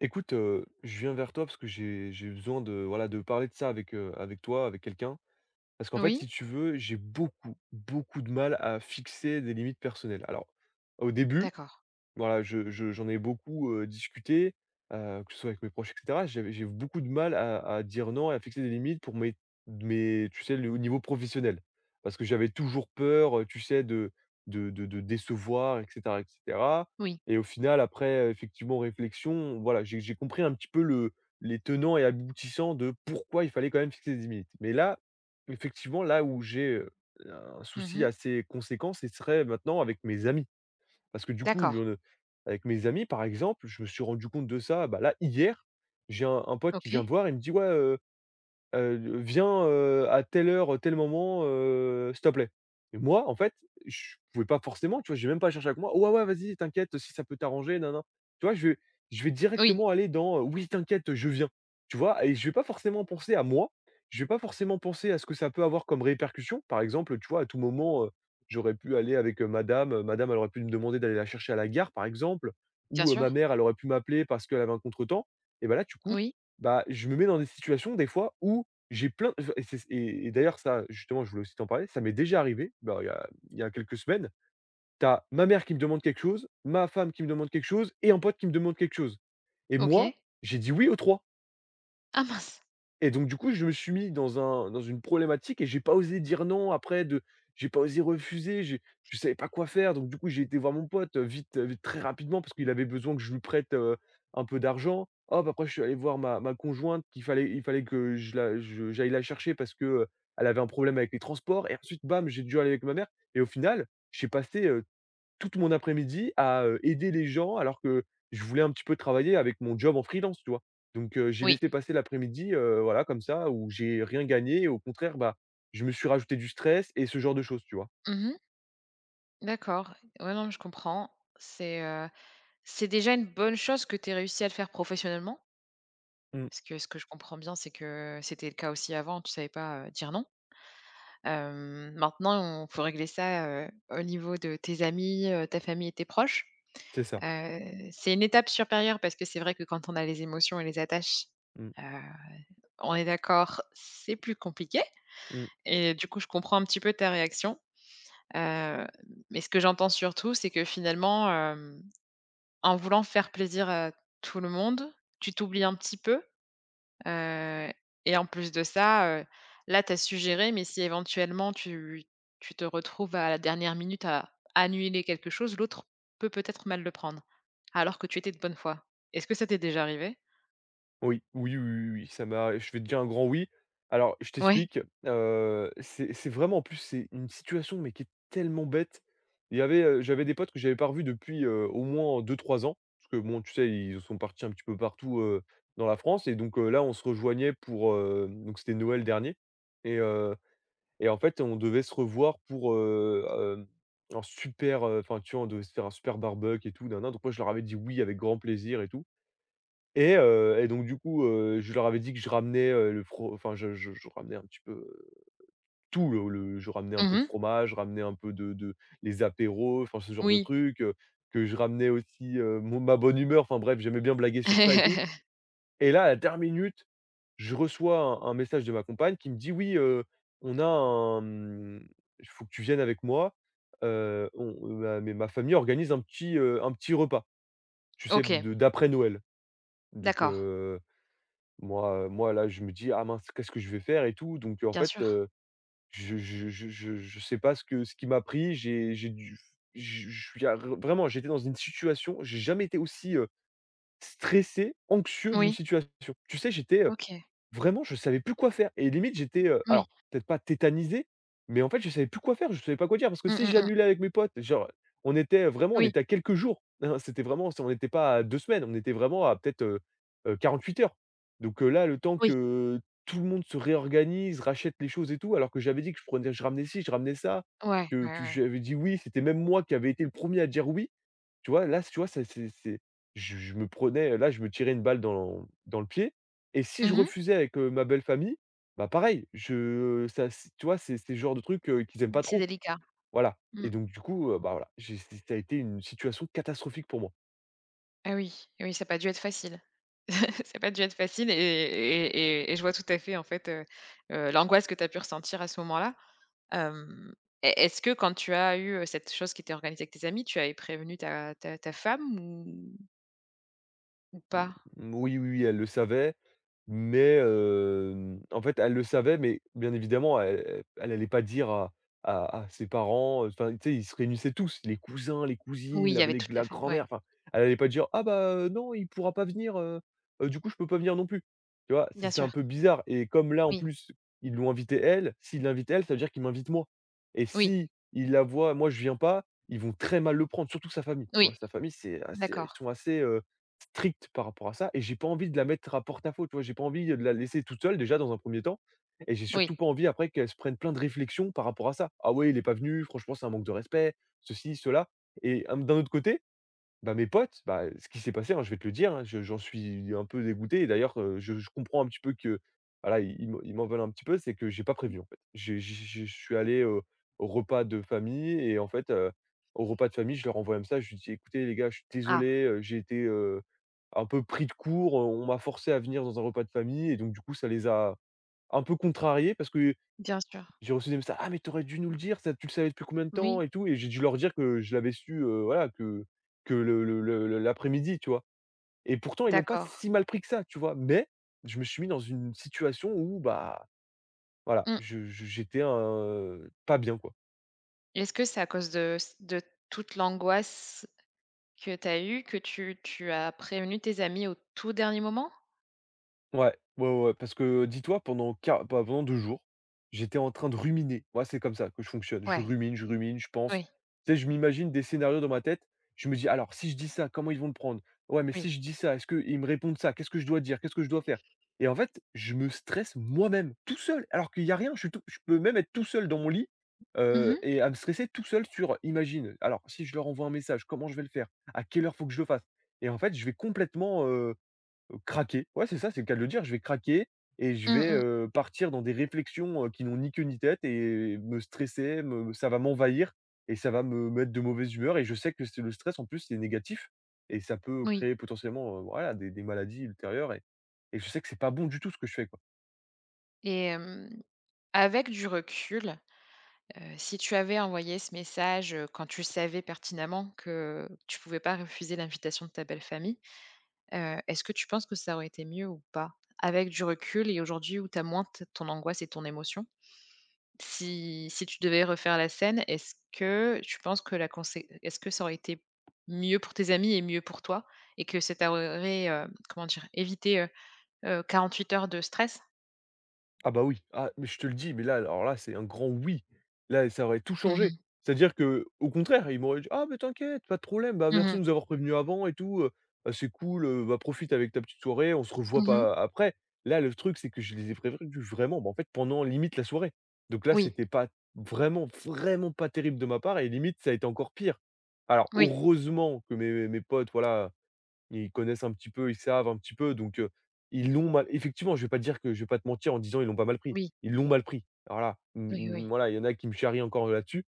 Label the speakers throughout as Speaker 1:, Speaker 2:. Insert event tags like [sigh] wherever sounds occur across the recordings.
Speaker 1: Écoute, je viens vers toi parce que j'ai besoin de, voilà, de parler de ça avec, avec toi, avec quelqu'un. Parce qu'en fait,
Speaker 2: Oui,
Speaker 1: si tu veux, j'ai beaucoup, beaucoup de mal à fixer des limites personnelles. Alors, au début,
Speaker 2: d'accord.
Speaker 1: voilà, je j'en ai beaucoup, discuté, que ce soit avec mes proches et cetera. J'ai beaucoup de mal à dire non et à fixer des limites pour mes mes tu sais, le au niveau professionnel. Parce que j'avais toujours peur, tu sais, de décevoir et cetera et cetera
Speaker 2: Oui.
Speaker 1: et au final, après, effectivement, réflexion, voilà, j'ai compris un petit peu le les tenants et aboutissants de pourquoi il fallait quand même fixer des limites. Mais là, effectivement, là où j'ai, un souci
Speaker 2: Mmh.
Speaker 1: assez conséquent, ce serait maintenant avec mes amis. Parce que du coup,
Speaker 2: D'accord.
Speaker 1: je ne avec mes amis, par exemple, je me suis rendu compte de ça, bah, là, hier, j'ai un pote qui vient me
Speaker 2: OK.
Speaker 1: voir, et me dit: «Ouais» «Viens, à telle heure, tel moment, s'il te plaît». Et moi, en fait, je pouvais pas forcément, tu vois? J'ai même pas cherché avec moi: «Ouais, ouais, vas-y, t'inquiète, si ça peut t'arranger, nin, nin». Tu vois? Je vais
Speaker 2: Oui,
Speaker 1: directement aller dans: «Oui, t'inquiète, je viens». Tu vois? Et je vais pas forcément penser à moi, je vais pas forcément penser à ce que ça peut avoir comme répercussion. Par exemple, tu vois? À tout moment, j'aurais pu aller avec, madame, elle aurait pu me demander d'aller la chercher à la gare, par exemple,
Speaker 2: bien
Speaker 1: ou, ma
Speaker 2: sûr.
Speaker 1: mère, elle aurait pu m'appeler parce qu'elle avait un contretemps. Et ben là, du coup,
Speaker 2: Oui,
Speaker 1: bah, je me mets dans des situations, des fois, où j'ai plein enfin et c'est et d'ailleurs ça, justement, je voulais aussi t'en parler, ça m'est déjà arrivé, bah, il y a quelques semaines. Tu as ma mère qui me demande quelque chose, ma femme qui me demande quelque chose et un pote qui me demande quelque chose et moi,
Speaker 2: OK.
Speaker 1: j'ai dit: «Oui» aux 3
Speaker 2: Ah mince!
Speaker 1: et donc du coup, je me suis mis dans une problématique et j'ai pas osé dire non après de j'ai pas osé refuser, j'ai je savais pas quoi faire. Donc du coup, j'ai été voir mon pote, vite, vite très rapidement parce qu'il avait besoin que je lui prête, un peu d'argent. Hop, après je suis allé voir ma conjointe qu'il fallait il fallait que je la je j'aille la chercher parce que, elle avait un problème avec les transports et ensuite bam, j'ai dû aller avec ma mère et au final, j'ai passé, toute mon après-midi à, aider les gens alors que je voulais un petit peu travailler avec mon job en freelance, tu vois? Donc j'ai
Speaker 2: Oui.
Speaker 1: laissé passer l'après-midi, voilà comme ça où j'ai rien gagné et au contraire, bah, je me suis rajouté du stress et ce genre de choses, tu vois?
Speaker 2: Mmh. D'accord. Ouais, non, mais je comprends. C'est déjà une bonne chose que tu aies réussi à le faire professionnellement,
Speaker 1: Mmh,
Speaker 2: parce que ce que je comprends bien, c'est que c'était le cas aussi avant, tu savais pas, dire non. Maintenant, il faut régler ça, au niveau de tes amis, ta famille et tes proches.
Speaker 1: c'est ça.
Speaker 2: Heu, c'est une étape supérieure parce que c'est vrai que quand on a les émotions et les attaches,
Speaker 1: Mmh,
Speaker 2: on est d'accord, c'est plus compliqué
Speaker 1: mmh.
Speaker 2: et du coup, je comprends un petit peu ta réaction. Heu, mais ce que j'entends surtout, c'est que finalement, en voulant faire plaisir à tout le monde, tu t'oublies un petit peu, heu et en plus de ça, là, tu as suggéré, mais si éventuellement tu te retrouves à la dernière minute à annuler quelque chose, l'autre peut peut-être mal le prendre, alors que tu étais de bonne foi. Est-ce que ça t'est déjà arrivé?
Speaker 1: Oui, oui, oui, oui, oui, ça m'a je vais te dire un grand oui. Alors, je
Speaker 2: Oui.
Speaker 1: t'explique, c'est vraiment en plus, c'est une situation, mais qui est tellement bête. J'avais des potes que j'avais pas revus depuis, au moins 2, 3 ans, parce que bon, tu sais, ils sont partis un petit peu partout, dans la France et donc, là, on se rejoignait pour, donc c'était Noël dernier et heu et en fait, on devait se revoir pourhem, enfin, tu vois, on devait se faire un super barbecue et tout, nin nin, donc moi, je leur avais dit: «Oui», avec grand plaisir et tout et donc du coup, je leur avais dit que je ramenais, le fro enfin je ramenais un petit peu, tout le je ramenais un peu de
Speaker 2: Mmh.
Speaker 1: fromage, je ramenais un peu de les apéros, enfin ce genre de
Speaker 2: Oui.
Speaker 1: trucs, que je ramenais aussi, mon ma bonne humeur, enfin bref, j'aimais bien blaguer sur ça et tout.
Speaker 2: [laughs]
Speaker 1: Et là, à la dernière minute, je reçois un message de ma compagne qui me dit: «Oui, on a un, mmh, il faut que tu viennes avec moi, on ma mais ma famille organise un petit repas», tu sais,
Speaker 2: OK,
Speaker 1: de d'après Noël. Donc
Speaker 2: d'accord,
Speaker 1: heu moi là, je me dis: «Ah mince, qu'est-ce que je vais faire et tout?» Donc en
Speaker 2: bien
Speaker 1: fait,
Speaker 2: sûr.
Speaker 1: je sais pas ce qui m'a pris. J'ai dû je suis ar Vraiment, j'étais dans une situation j'ai jamais été aussi, stressé, anxieux d'une
Speaker 2: Oui,
Speaker 1: situation. Tu sais, j'étais,
Speaker 2: OK.
Speaker 1: Vraiment, je savais plus quoi faire et limite j'étais,
Speaker 2: Oui.
Speaker 1: alors peut-être pas tétanisé, mais en fait je savais plus quoi faire, je savais pas quoi dire parce que
Speaker 2: Mmh,
Speaker 1: si
Speaker 2: mmh, mmh.
Speaker 1: j'annulais avec mes potes, genre, on
Speaker 2: Oui,
Speaker 1: était à quelques jours, hein, c'était vraiment on n'était pas à 2 semaines, on était vraiment à peut-être, 48 heures. Donc, là, le temps
Speaker 2: oui.
Speaker 1: que tout le monde se réorganise, rachète les choses et tout, alors que j'avais dit que je ramenais ci, je ramenais ça,
Speaker 2: Ouais,
Speaker 1: que
Speaker 2: ouais,
Speaker 1: que
Speaker 2: ouais.
Speaker 1: j'avais dit oui, c'était même moi qui avait été le premier à dire oui. Tu vois, là, tu vois, ça c'est je me prenais, là, je me tirais une balle dans le pied et si je
Speaker 2: Mmh mh.
Speaker 1: refusais avec, ma belle famille, bah, pareil, je ça c tu vois, c'est le genre de truc, qu'ils aiment pas
Speaker 2: C'est
Speaker 1: trop,
Speaker 2: délicat.
Speaker 1: voilà et
Speaker 2: Mmh.
Speaker 1: donc du coup, bah, voilà, j'ai c'est ça a été une situation catastrophique pour moi.
Speaker 2: Ah oui, eh oui, ça a pas dû être facile. [laughs] Ça a pas dû être facile et je vois tout à fait, en fait, l'angoisse que tu as pu ressentir à ce moment-là. Hem, est-ce que quand tu as eu, cette chose qui était organisée avec tes amis, tu avais prévenu ta femme ou
Speaker 1: Mmh,
Speaker 2: pas?
Speaker 1: oui, oui, oui, elle le savait, mais en fait, elle le savait, mais bien évidemment, elle pas dire à ses parents, enfin, tu sais, ils se réunissaient tous, les cousins, les
Speaker 2: Oui,
Speaker 1: cousines,
Speaker 2: il y
Speaker 1: la
Speaker 2: avait
Speaker 1: les
Speaker 2: toute la
Speaker 1: la
Speaker 2: famille, ouais.
Speaker 1: grand-mère, enfin, elle n'allait pas dire: «Ah bah, non, il pourra pas venir, du coup, je peux pas venir non plus». Tu vois? C'est
Speaker 2: Bien
Speaker 1: c'est
Speaker 2: sûr.
Speaker 1: un peu bizarre et comme là, en
Speaker 2: Oui,
Speaker 1: plus, ils l'ont invitée elle, s'ils l'invitent elle, ça veut dire qu'ils m'invitent moi et
Speaker 2: oui,
Speaker 1: si s'ils la voient, moi, je viens pas, ils vont très mal le prendre, surtout sa famille, tu vois?
Speaker 2: oui.
Speaker 1: Sa famille, c'est assez ils
Speaker 2: D'accord.
Speaker 1: sont assez, stricte par rapport à ça et j'ai pas envie de la mettre à porte-à-faux, tu vois? J'ai pas envie, de la laisser toute seule déjà dans un premier temps et j'ai
Speaker 2: Oui.
Speaker 1: surtout pas envie après qu'elle se prenne plein de réflexions par rapport à ça. «Ah ouais, il est pas venu, franchement, c'est un manque de respect», ceci, cela et d'un autre côté, bah, mes potes, bah, ce qui s'est passé, hein, je vais te le dire, hein, je j'en suis un peu dégoûté et d'ailleurs, je comprends un petit peu que, voilà, ils m'en veulent un petit peu, c'est que j'ai pas prévu en fait. J'ai je suis allé, au repas de famille et en fait, au repas de famille, je leur envoie un message, je dis: «Écoutez les gars, je suis
Speaker 2: Ah,
Speaker 1: désolé, j'ai été, un peu pris de court, on m'a forcé à venir dans un repas de famille» et donc du coup, ça les a un peu contrariés parce que
Speaker 2: bien sûr.
Speaker 1: j'ai reçu des messages: «Ah mais t'aurais dû nous le dire, ça tu le savais depuis combien de temps?»
Speaker 2: Oui,
Speaker 1: et tout et j'ai dû leur dire que je l'avais su, voilà, que le l'après-midi, tu vois? Et pourtant ils l'ont pas
Speaker 2: d'accord.
Speaker 1: si mal pris que ça, tu vois? Mais je me suis mis dans une situation où, bah, voilà,
Speaker 2: Mmh.
Speaker 1: je j'étais, pas bien, quoi.
Speaker 2: Est-ce que c'est à cause de toute l'angoisse que tu as eue que tu as prévenu tes amis au tout dernier moment?
Speaker 1: Ouais, ouais, ouais, ouais, parce que dis-toi pendant qua pa pendant 2 jours, j'étais en train de ruminer. Moi, c'est comme ça que je fonctionne. Je
Speaker 2: Ouais,
Speaker 1: rumine, je rumine, je pense.
Speaker 2: oui,
Speaker 1: Tu sais, je m'imagine des scénarios dans ma tête. Je me dis: «Alors si je dis ça, comment ils vont le prendre? Ouais, mais si
Speaker 2: oui.
Speaker 1: je dis ça, est-ce qu'ils me répondent ça? Qu'est-ce que je dois dire? Qu'est-ce que je dois faire?» Et en fait, je me stresse moi-même, tout seul, alors qu'il y a rien. Je peux même être tout seul dans mon lit,
Speaker 2: Mmh mh.
Speaker 1: et à me stresser tout seul sur imagine, alors si je leur envoie un message, comment je vais le faire? À quelle heure faut que je le fasse? Et en fait, je vais complètement craquer. Ouais, c'est ça, c'est le cas de le dire. Je vais craquer et je
Speaker 2: Mmh
Speaker 1: vais,
Speaker 2: mmh.
Speaker 1: partir dans des réflexions, qui n'ont ni queue ni tête et me stresser, me ça va m'envahir et ça va me mettre de mauvaise humeur et je sais que c'est le stress, en plus, c'est négatif et ça peut
Speaker 2: Oui
Speaker 1: créer potentiellement, voilà, des maladies ultérieures et je sais que c'est pas bon du tout ce que je fais, quoi.
Speaker 2: et avec du recul, si tu avais envoyé ce message, quand tu savais pertinemment que tu pouvais pas refuser l'invitation de ta belle famille, est-ce que tu penses que ça aurait été mieux ou pas? Avec du recul et aujourd'hui où tu as moins t ton angoisse et ton émotion? Si tu devais refaire la scène, est-ce que tu penses que la consé est-ce que ça aurait été mieux pour tes amis et mieux pour toi et que ça t'aurait, comment dire? Évité, 48 heures de stress?
Speaker 1: Ah bah oui, ah mais je te le dis, mais là, alors là, c'est un grand oui. Là, ça aurait tout
Speaker 2: Mmh
Speaker 1: changé.
Speaker 2: mh.
Speaker 1: C'est-à-dire que, au contraire, ils m'auraient dit: «Ah mais t'inquiète, pas de problème, bah merci
Speaker 2: Mmh.
Speaker 1: de nous avoir prévenus avant et tout, bah c'est cool, bah profite avec ta petite soirée, on se revoit
Speaker 2: Mmh.
Speaker 1: pas après». Là, le truc, c'est que je les ai prévenus vraiment, bah en fait, pendant limite la soirée. Donc là,
Speaker 2: Oui,
Speaker 1: c'était pas vraiment, vraiment pas terrible de ma part et limite, ça a été encore pire. Alors
Speaker 2: oui,
Speaker 1: heureusement que mes potes, voilà, ils connaissent un petit peu, ils savent un petit peu, donc ils l'ont mal effectivement, je vais pas te dire que je vais pas te mentir en disant: «Ils l'ont pas mal pris».
Speaker 2: oui,
Speaker 1: Ils l'ont mal pris. Voilà, mmh,
Speaker 2: oui,
Speaker 1: ils
Speaker 2: oui.
Speaker 1: voilà, il y en a qui me charrient encore là-dessus,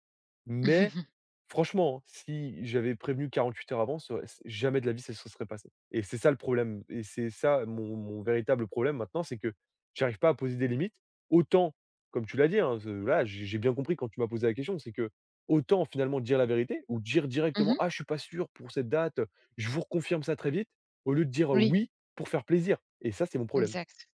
Speaker 1: mais
Speaker 2: [laughs]
Speaker 1: franchement, hein, si j'avais prévenu 48 heures avant, ça aurait c jamais de la vie ça se serait passé et c'est ça le problème et c'est ça mon véritable problème maintenant, c'est que j'arrive pas à poser des limites. Autant, comme tu l'as dit, hein, ce voilà, j'ai bien compris quand tu m'as posé la question, c'est que, autant finalement dire la vérité ou dire
Speaker 2: Mmh
Speaker 1: directement:
Speaker 2: mh.
Speaker 1: «Ah, je suis pas sûr pour cette date». Je vous reconfirme ça très vite, au lieu de dire,
Speaker 2: Oui,
Speaker 1: oui pour faire plaisir et ça, c'est mon problème.
Speaker 2: exact.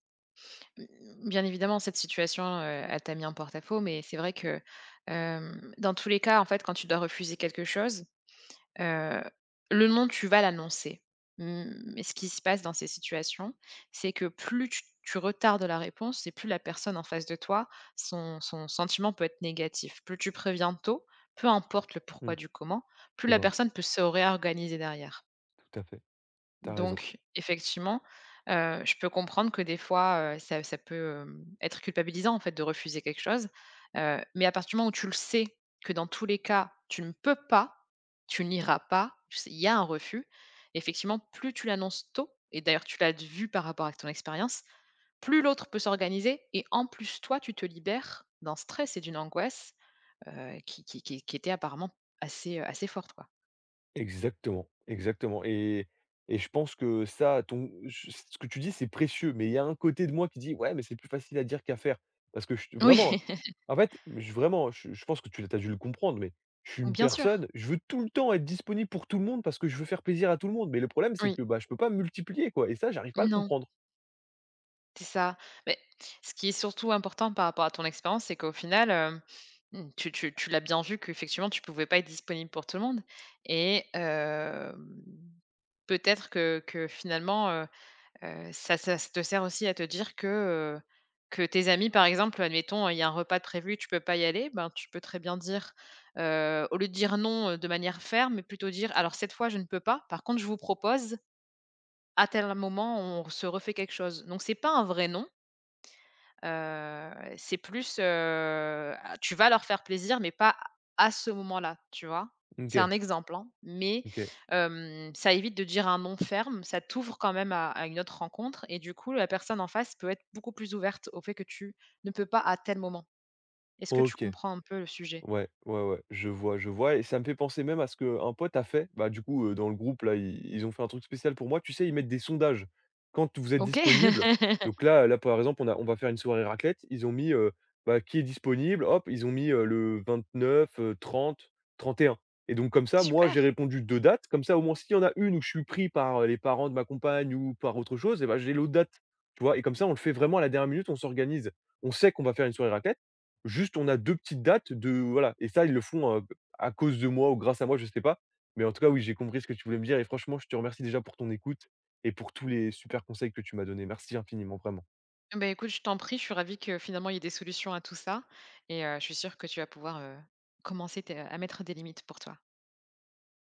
Speaker 2: Mmh, bien évidemment, cette situation, elle t'a mis en porte-à-faux, mais c'est vrai que, dans tous les cas, en fait, quand tu dois refuser quelque chose. Heu, le nom tu vas l'annoncer. Mmh, mais ce qui se passe dans ces situations, c'est que plus tu retardes la réponse et plus la personne en face de toi, son sentiment peut être négatif. Plus tu préviens tôt, peu importe le
Speaker 1: Mmh,
Speaker 2: pourquoi du comment, plus
Speaker 1: c'est
Speaker 2: la
Speaker 1: vrai,
Speaker 2: personne peut se réorganiser derrière.
Speaker 1: tout à fait. Tu as raison.
Speaker 2: Donc effectivement, je peux comprendre que des fois, ça peut, être culpabilisant, en fait, de refuser quelque chose, mais à partir du moment où tu le sais que dans tous les cas, tu ne peux pas, tu n'iras pas, tu sais, il y a un refus. Effectivement, plus tu l'annonces tôt et d'ailleurs tu l'as vu par rapport à ton expérience, plus l'autre peut s'organiser et en plus toi, tu te libères d'un stress et d'une angoisse, qui était apparemment assez, assez forte, quoi.
Speaker 1: Exactement, exactement et je pense que ça, ton ch ce que tu dis, c'est précieux, mais il y a un côté de moi qui dit: «Ouais, mais c'est plus facile à dire qu'à faire» parce que je
Speaker 2: Oui,
Speaker 1: vraiment,
Speaker 2: [laughs]
Speaker 1: en fait, je vraiment, je pense que tu as dû le comprendre, mais je suis une
Speaker 2: bien
Speaker 1: personne,
Speaker 2: sûr.
Speaker 1: je veux tout le temps être disponible pour tout le monde parce que je veux faire plaisir à tout le monde, mais le problème, c'est
Speaker 2: Oui.
Speaker 1: que, bah, je peux pas me multiplier, quoi et ça, j'arrive pas à le
Speaker 2: Non.
Speaker 1: comprendre.
Speaker 2: C'est ça. Mais ce qui est surtout important par rapport à ton expérience, c'est qu'au final, mmh, tu l'as bien vu qu'effectivement, tu pouvais pas être disponible pour tout le monde et peut-être que finalement, ça te sert aussi à te dire heu, que tes amis, par exemple, admettons, il y a un repas de prévu, tu peux pas y aller, ben, tu peux très bien dire, au lieu de dire non, de manière ferme, mais plutôt dire: «Alors cette fois, je ne peux pas. Par contre, je vous propose, à tel moment, on se refait quelque chose». Donc c'est pas un vrai non. C'est plus, ah, tu vas leur faire plaisir, mais pas à ce moment-là, tu vois? C'est
Speaker 1: OK,
Speaker 2: un exemple, hein, mais
Speaker 1: OK,
Speaker 2: ça évite de dire un non ferme, ça t'ouvre quand même à une autre rencontre et du coup, la personne en face peut être beaucoup plus ouverte au fait que tu ne peux pas à tel moment. Est-ce que tu
Speaker 1: OK.
Speaker 2: comprends un peu le sujet?
Speaker 1: Ouais, ouais, ouais, je vois et ça me fait penser même à ce qu'un pote a fait. Bah, du coup, dans le groupe là, ils ont fait un truc spécial pour moi. Tu sais, ils mettent des sondages. Quand vous êtes
Speaker 2: OK.
Speaker 1: disponible,
Speaker 2: [laughs]
Speaker 1: donc là là, par exemple, on a on va faire une soirée raclette. Ils ont mis, bah, qui est disponible? Hop, ils ont mis, le 29, 30, 31 et un. Et donc comme ça, moi,
Speaker 2: Super.
Speaker 1: j'ai répondu 2 dates. Comme ça, au moins, s'il y en a une où je suis pris par, les parents de ma compagne ou par autre chose et ben j'ai l'autre date, tu vois? Et comme ça, on le fait vraiment à la dernière minute, on s'organise. On sait qu'on va faire une soirée raclette. Juste, on a 2 petites dates de voilà et ça, ils le font, à cause de moi ou grâce à moi, je sais pas. Mais en tout cas, oui, j'ai compris ce que tu voulais me dire et franchement, je te remercie déjà pour ton écoute et pour tous les super conseils que tu m'as donnés. Merci infiniment, vraiment.
Speaker 2: Ben écoute, je t'en prie, je suis ravie que finalement il y ait des solutions à tout ça et je suis sûre que tu vas pouvoir, commencer tes à mettre des limites pour toi.